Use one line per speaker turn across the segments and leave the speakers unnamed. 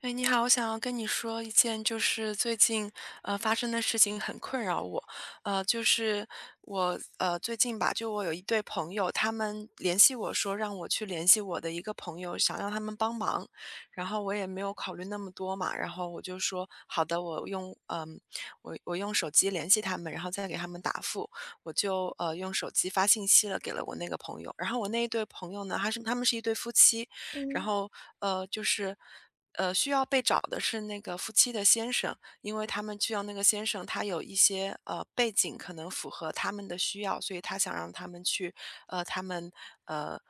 哎，你好，我想要跟你说一件就是最近发生的事情很困扰我。就是我最近吧，就我有一对朋友，他们联系我说让我去联系我的一个朋友，想让他们帮忙，然后我也没有考虑那么多嘛，然后我就说好的，我用我用手机联系他们，然后再给他们答复。我就用手机发信息了给了我那个朋友，然后我那一对朋友呢，他们是一对夫妻。然
嗯，
后呃，就是需要被找的是那个夫妻的先生，因为他们需要那个先生他有一些背景可能符合他们的需要，所以他想让他们去呃他们呃。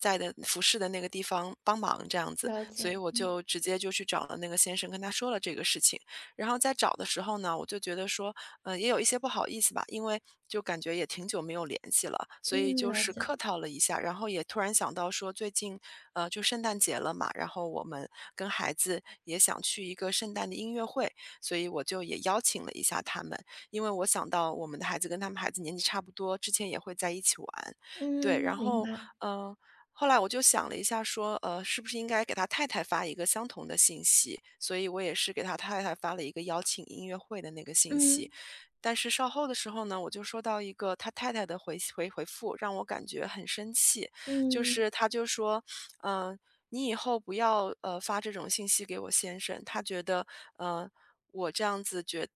在的服侍的那个地方帮忙这样子，
了
所
解。
以我
嗯
就直接就去找了那个先生，跟他说了这个事情。然后在找的时候呢，我就觉得说，嗯，也有一些不好意思吧，因为就感觉也挺久没有联系了，所以
嗯，
就
了
是
解。
客套了一下。然后也突然想到说，最近就圣诞节了嘛，然后我们跟孩子也想去一个圣诞的音乐会，所以我就也邀请了一下他们，因为我想到我们的孩子跟他们孩子年纪差不多，之前也会在一起玩，对。然
嗯，明
后，
白。
嗯、呃后来我就想了一下说，呃，是不是应该给他太太发一个相同的信息，所以我也是给他太太发了一个邀请音乐会的那个信息。
嗯
但是稍后的时候呢，我就收到一个他太太的回复，让我感觉很生气。就
嗯，
是他就说，嗯、你以后不要发这种信息给我先生，他觉得嗯，我这样子觉。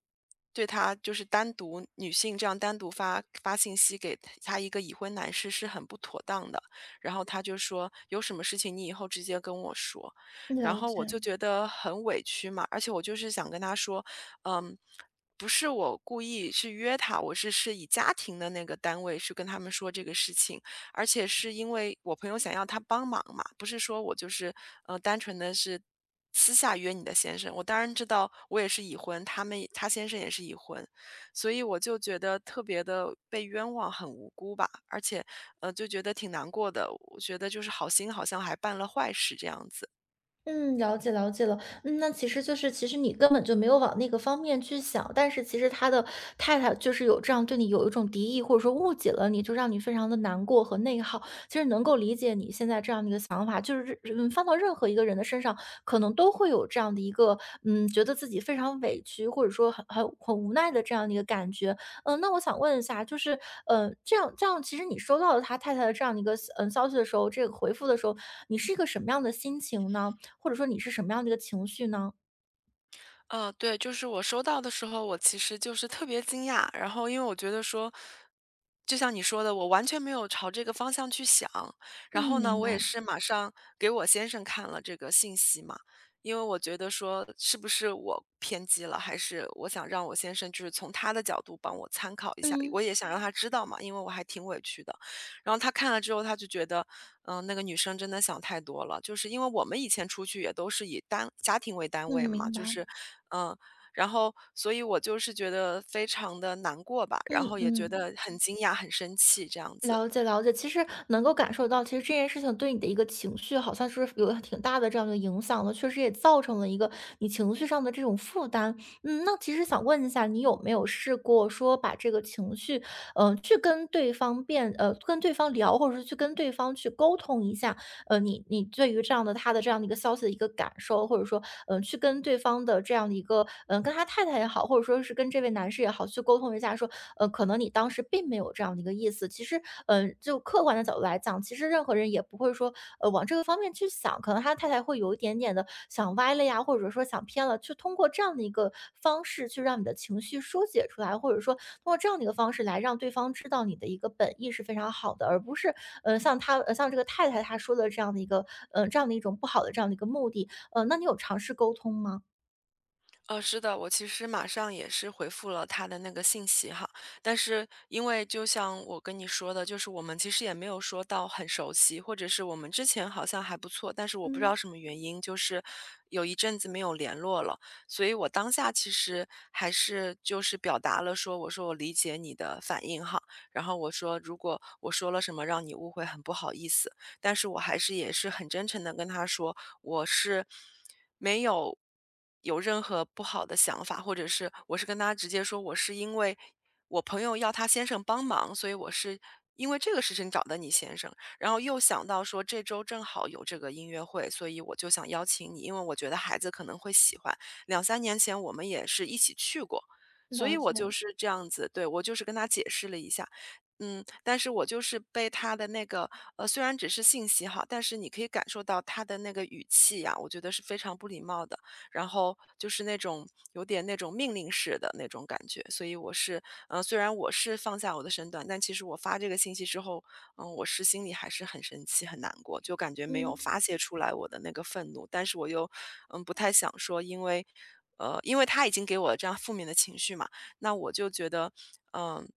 对他就是单独女性这样单独发信息给他一个已婚男士是很不妥当的，然后他就说有什么事情你以后直接跟我说。然
了
后我就
解。
觉得很委屈嘛，而且我就是想跟他说，嗯。不是我故意去约他，我是以家庭的那个单位去跟他们说这个事情，而且是因为我朋友想要他帮忙嘛，不是说我就是单纯的是私下约你的先生。我当然知道我也是已婚，他先生也是已婚，所以我就觉得特别的被冤枉，很无辜吧，而且就觉得挺难过的。我觉得就是好心好像还办了坏事这样子。
嗯，了解了解了。嗯，那其实你根本就没有往那个方面去想，但是其实他的太太就是有这样对你有一种敌意，或者说误解了你，就让你非常的难过和内耗。其实能够理解你现在这样的一个想法，就是放到任何一个人的身上，可能都会有这样的一个觉得自己非常委屈，或者说很无奈的这样的一个感觉。嗯，那我想问一下，就是这样，其实你收到了他太太的这样的一个消息的时候，这个回复的时候，你是一个什么样的心情呢？或者说你是什么样的一个情绪呢？
嗯，对，就是我收到的时候，我其实就是特别惊讶，然后因为我觉得说，就像你说的，我完全没有朝这个方向去想。然
嗯，
后呢，
明
我也
白。
是马上给我先生看了这个信息嘛，因为我觉得说是不是我偏激了，还是我想让我先生就是从他的角度帮我参考一下，
嗯
我也想让他知道嘛，因为我还挺委屈的。然后他看了之后，他就觉得，嗯，那个女生真的想太多了。就是因为我们以前出去也都是以单家庭为单位
嗯，
嘛，
明
就
白。
是，嗯，然后所以我就是觉得非常的难过吧，然
嗯
后也觉
嗯，
得很惊讶、很生气这样子。
了解了解。其实能够感受到，其实这件事情对你的一个情绪，好像是有挺大的这样的影响的，确实也造成了一个你情绪上的这种负担。嗯，那其实想问一下，你有没有试过说把这个情绪，去跟对方辩，跟对方聊，或者是去跟对方去沟通一下，你对于这样的他的这样的一个消息的一个感受，或者说，嗯，去跟对方的这样的一个，嗯，跟他太太也好，或者说是跟这位男士也好，去沟通一下，说，可能你当时并没有这样的一个意思。其实，就客观的角度来讲，其实任何人也不会说，往这个方面去想，可能他太太会有一点点的想歪了呀，或者说想偏了，去通过这样的一个方式去让你的情绪疏解出来，或者说通过这样的一个方式来让对方知道你的一个本意是非常好的，而不是像他像这个太太她说的这样的一个这样的一种不好的这样的一个目的，那你有尝试沟通吗？
呃，是的，我其实马上也是回复了他的那个信息哈，但是因为就像我跟你说的，就是我们其实也没有说到很熟悉，或者是我们之前好像还不错，但是我不知道
嗯，
什么原因，就是有一阵子没有联络了，所以我当下其实还是就是表达了说，我说我理解你的反应哈。然后我说如果我说了什么让你误会，很不好意思，但是我还是也是很真诚的跟他说，我是没有有任何不好的想法，或者是我是跟他直接说，我是因为我朋友要他先生帮忙，所以我是因为这个事情找的你先生，然后又想到说这周正好有这个音乐会，所以我就想邀请你，因为我觉得孩子可能会喜欢。两三年前我们也是一起去过，所
了
以我
解。
就是这样子，对，我就是跟他解释了一下。嗯，但是我就是被他的那个虽然只是信息哈，但是你可以感受到他的那个语气呀，我觉得是非常不礼貌的，然后就是那种有点那种命令式的那种感觉，所以我是，嗯，虽然我是放下我的身段，但其实我发这个信息之后，我是心里还是很生气、很难过，就感觉没有
嗯，
发泄出来我的那个愤怒，但是我又，嗯，不太想说。因为，因为他已经给我这样负面的情绪嘛，那我就觉得，嗯、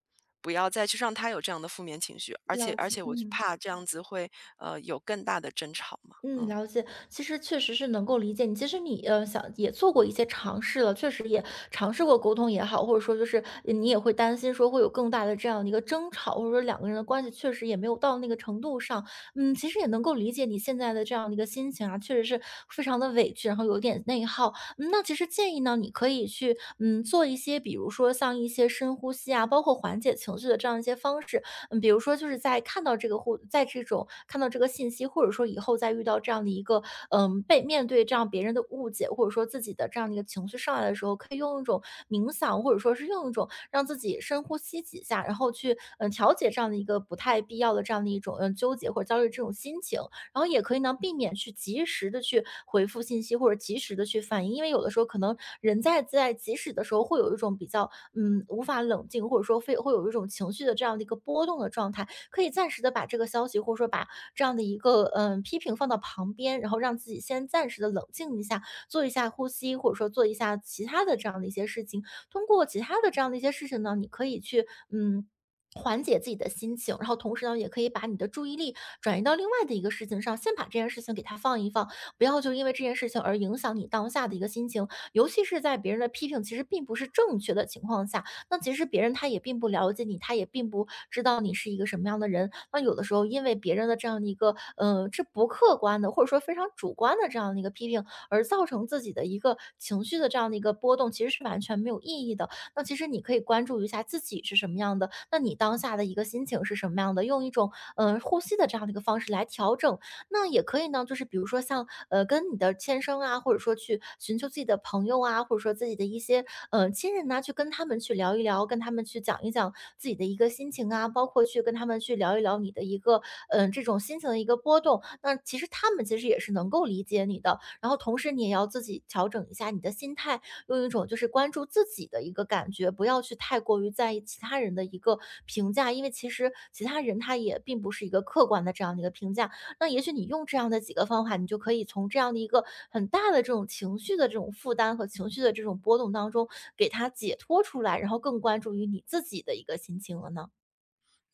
不要再去让他有这样的负面情绪，而且
了
而
解。
且我就
嗯。
怕这样子会有更大的争吵嘛，
嗯，
嗯。
了解。其实确实是能够理解你。其实你想也做过一些尝试了，确实也尝试过沟通也好，或者说你也会担心说会有更大的这样的一个争吵，或者说两个人的关系确实也没有到那个程度上。嗯，其实也能够理解你现在的这样的一个心情啊，确实是非常的委屈，然后有点内耗。嗯，那其实建议呢，你可以去做一些，比如说像一些深呼吸啊，包括缓解情绪的这样一些方式。嗯，比如说就是在看到这个或在这种看到这个信息，或者说以后再遇到这样的一个，嗯，被面对这样别人的误解，或者说自己的这样的一个情绪上来的时候，可以用一种冥想，或者说是用一种让自己深呼吸几下，然后去调节这样的一个不太必要的这样的一种纠结或者焦虑这种心情，然后也可以呢避免去及时的去回复信息或者及时的去反应，因为有的时候可能人在及时的时候会有一种比较无法冷静，或者说非会有一种情绪的这样的一个波动的状态，可以暂时的把这个消息，或者说把这样的一个批评放到旁边，然后让自己先暂时的冷静一下，做一下呼吸，或者说做一下其他的这样的一些事情。通过其他的这样的一些事情呢，你可以去缓解自己的心情，然后同时呢，也可以把你的注意力转移到另外的一个事情上，先把这件事情给它放一放，不要就因为这件事情而影响你当下的一个心情，尤其是在别人的批评其实并不是正确的情况下，那其实别人他也并不了解你，他也并不知道你是一个什么样的人。那有的时候因为别人的这样的一个，这不客观的，或者说非常主观的这样的一个批评，而造成自己的一个情绪的这样的一个波动，其实是完全没有意义的。那其实你可以关注一下自己是什么样的，那你当下的一个心情是什么样的，用一种，呼吸的这样的一个方式来调整。那也可以呢，就是比如说像跟你的先生啊，或者说去寻求自己的朋友啊，或者说自己的一些亲人呐、去跟他们去聊一聊，跟他们去讲一讲自己的一个心情啊，包括去跟他们去聊一聊你的一个这种心情的一个波动。那其实他们其实也是能够理解你的，然后同时你也要自己调整一下你的心态，用一种就是关注自己的一个感觉，不要去太过于在意其他人的一个评价，因为其实其他人他也并不是一个客观的这样的一个评价，那也许你用这样的几个方法，你就可以从这样的一个很大的这种情绪的这种负担和情绪的这种波动当中，给它解脱出来，然后更关注于你自己的一个心情了呢？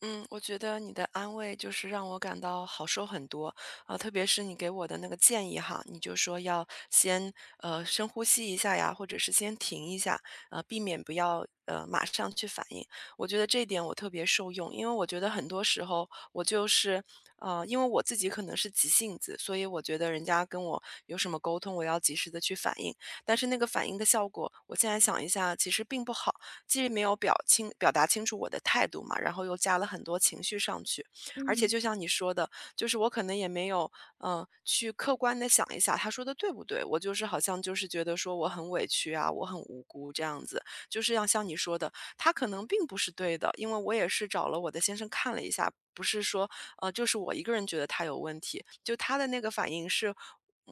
嗯，我觉得你的安慰就是让我感到好受很多，啊，特别是你给我的那个建议哈，你就说要先深呼吸一下呀，或者是先停一下，呃，避免不要马上去反应。我觉得这一点我特别受用，因为我觉得很多时候我就是因为我自己可能是急性子，所以我觉得人家跟我有什么沟通，我要及时的去反应，但是那个反应的效果，我现在想一下，其实并不好。既没有表达清楚我的态度嘛，然后又加了很多情绪上去。而且
嗯
就像你说的，就是我可能也没有，去客观的想一下他说的对不对，我就是好像就是觉得说我很委屈啊，我很无辜这样子。就是要像你说的，他可能并不是对的，因为我也是找了我的先生看了一下，不是说，就是我一个人觉得他有问题，就他的那个反应是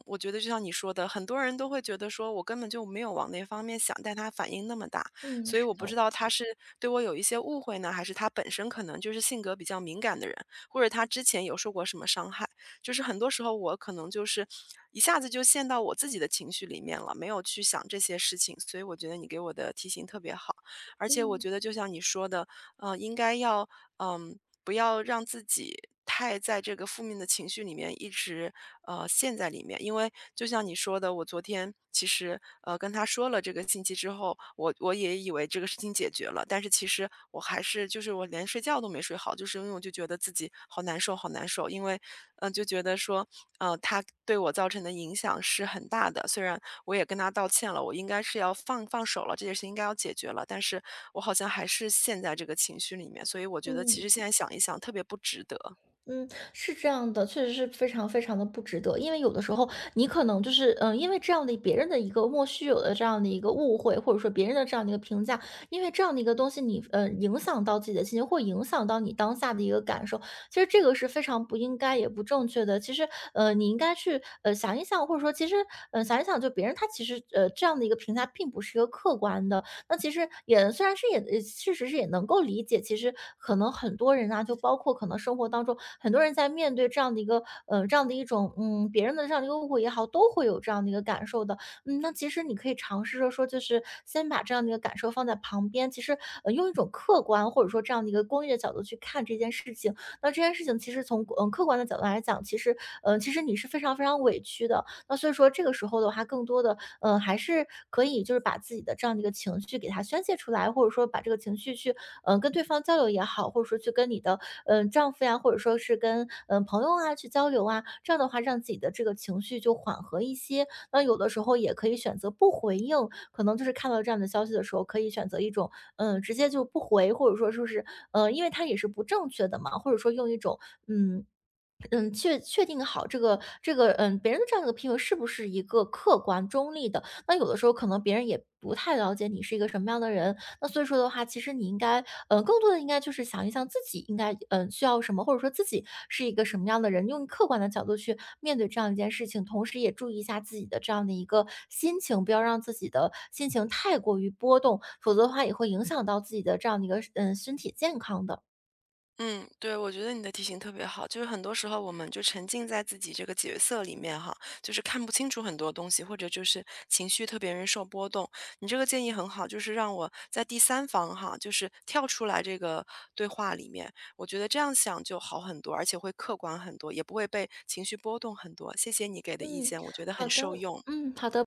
我觉得就像你说的，很多人都会觉得说我根本就没有往那方面想，但他反应那么大，
嗯，
所以
是
我不知
的。
道他是对我有一些误会呢，还是他本身可能就是性格比较敏感的人，或者他之前有受过什么伤害。就是很多时候我可能就是一下子就陷到我自己的情绪里面了，没有去想这些事情。所以我觉得你给我的提醒特别好，而且我
嗯
觉得就像你说的，呃，应该要嗯。不要让自己太在这个负面的情绪里面一直陷在里面。因为就像你说的，我昨天其实跟他说了这个信息之后，我也以为这个事情解决了，但是其实我还是就是我连睡觉都没睡好，就是因为我就觉得自己好难受，好难受。因为，嗯，就觉得说，他对我造成的影响是很大的。虽然我也跟他道歉了，我应该是要放手了，这件事应该要解决了，但是我好像还是陷在这个情绪里面，所以我觉得其实
嗯。
现在想一想特别不值得。
嗯，是这样的，确实是非常非常的不值得。因为有的时候你可能就是，嗯，因为这样的别人的一个莫须有的这样的一个误会，或者说别人的这样的一个评价，因为这样的一个东西你，影响到自己的心情，或影响到你当下的一个感受。其实这个是非常不应该也不正确的。其实，你应该去，想一想，或者说其实，想一想就别人他其实，这样的一个评价并不是一个客观的。那其实也虽然是也也确实是也能够理解，其实可能很多人啊，就包括可能生活当中很多人在面对这样的一个这样的一种别人的这样的一个误会也好，都会有这样的一个感受的。嗯，那其实你可以尝试着说，就是先把这样的一个感受放在旁边，其实用一种客观或者说这样的一个公益的角度去看这件事情。那这件事情其实从客观的角度来讲，其实其实你是非常非常委屈的。那所以说这个时候的话，更多的嗯，还是可以就是把自己的这样的一个情绪给它宣泄出来，或者说把这个情绪去，嗯，跟对方交流也好，或者说去跟你的，丈夫呀，或者说是跟朋友啊去交流啊，这样的话让自己的这个情绪就缓和一些。那有的时候也可以选择不回应，可能就是看到这样的消息的时候，可以选择一种直接就不回，或者说就是嗯，因为它也是不正确的嘛，或者说用一种嗯确定好这个,嗯，别人的这样一个评论是不是一个客观中立的？那有的时候可能别人也不太了解你是一个什么样的人，那所以说的话，其实你应该，嗯，更多的应该就是想一想自己应该，嗯，需要什么，或者说自己是一个什么样的人，用客观的角度去面对这样一件事情，同时也注意一下自己的这样的一个心情，不要让自己的心情太过于波动，否则的话也会影响到自己的这样的一个，嗯，身体健康的。
嗯，对，我觉得你的提醒特别好，就是很多时候我们就沉浸在自己这个角色里面哈，就是看不清楚很多东西，或者就是情绪特别容易受波动。你这个建议很好，就是让我在第三方哈，就是跳出来这个对话里面，我觉得这样想就好很多，而且会客观很多，也不会被情绪波动很多。谢谢你给的意
嗯，
见，我觉得很
好的。
受用。
嗯，好的。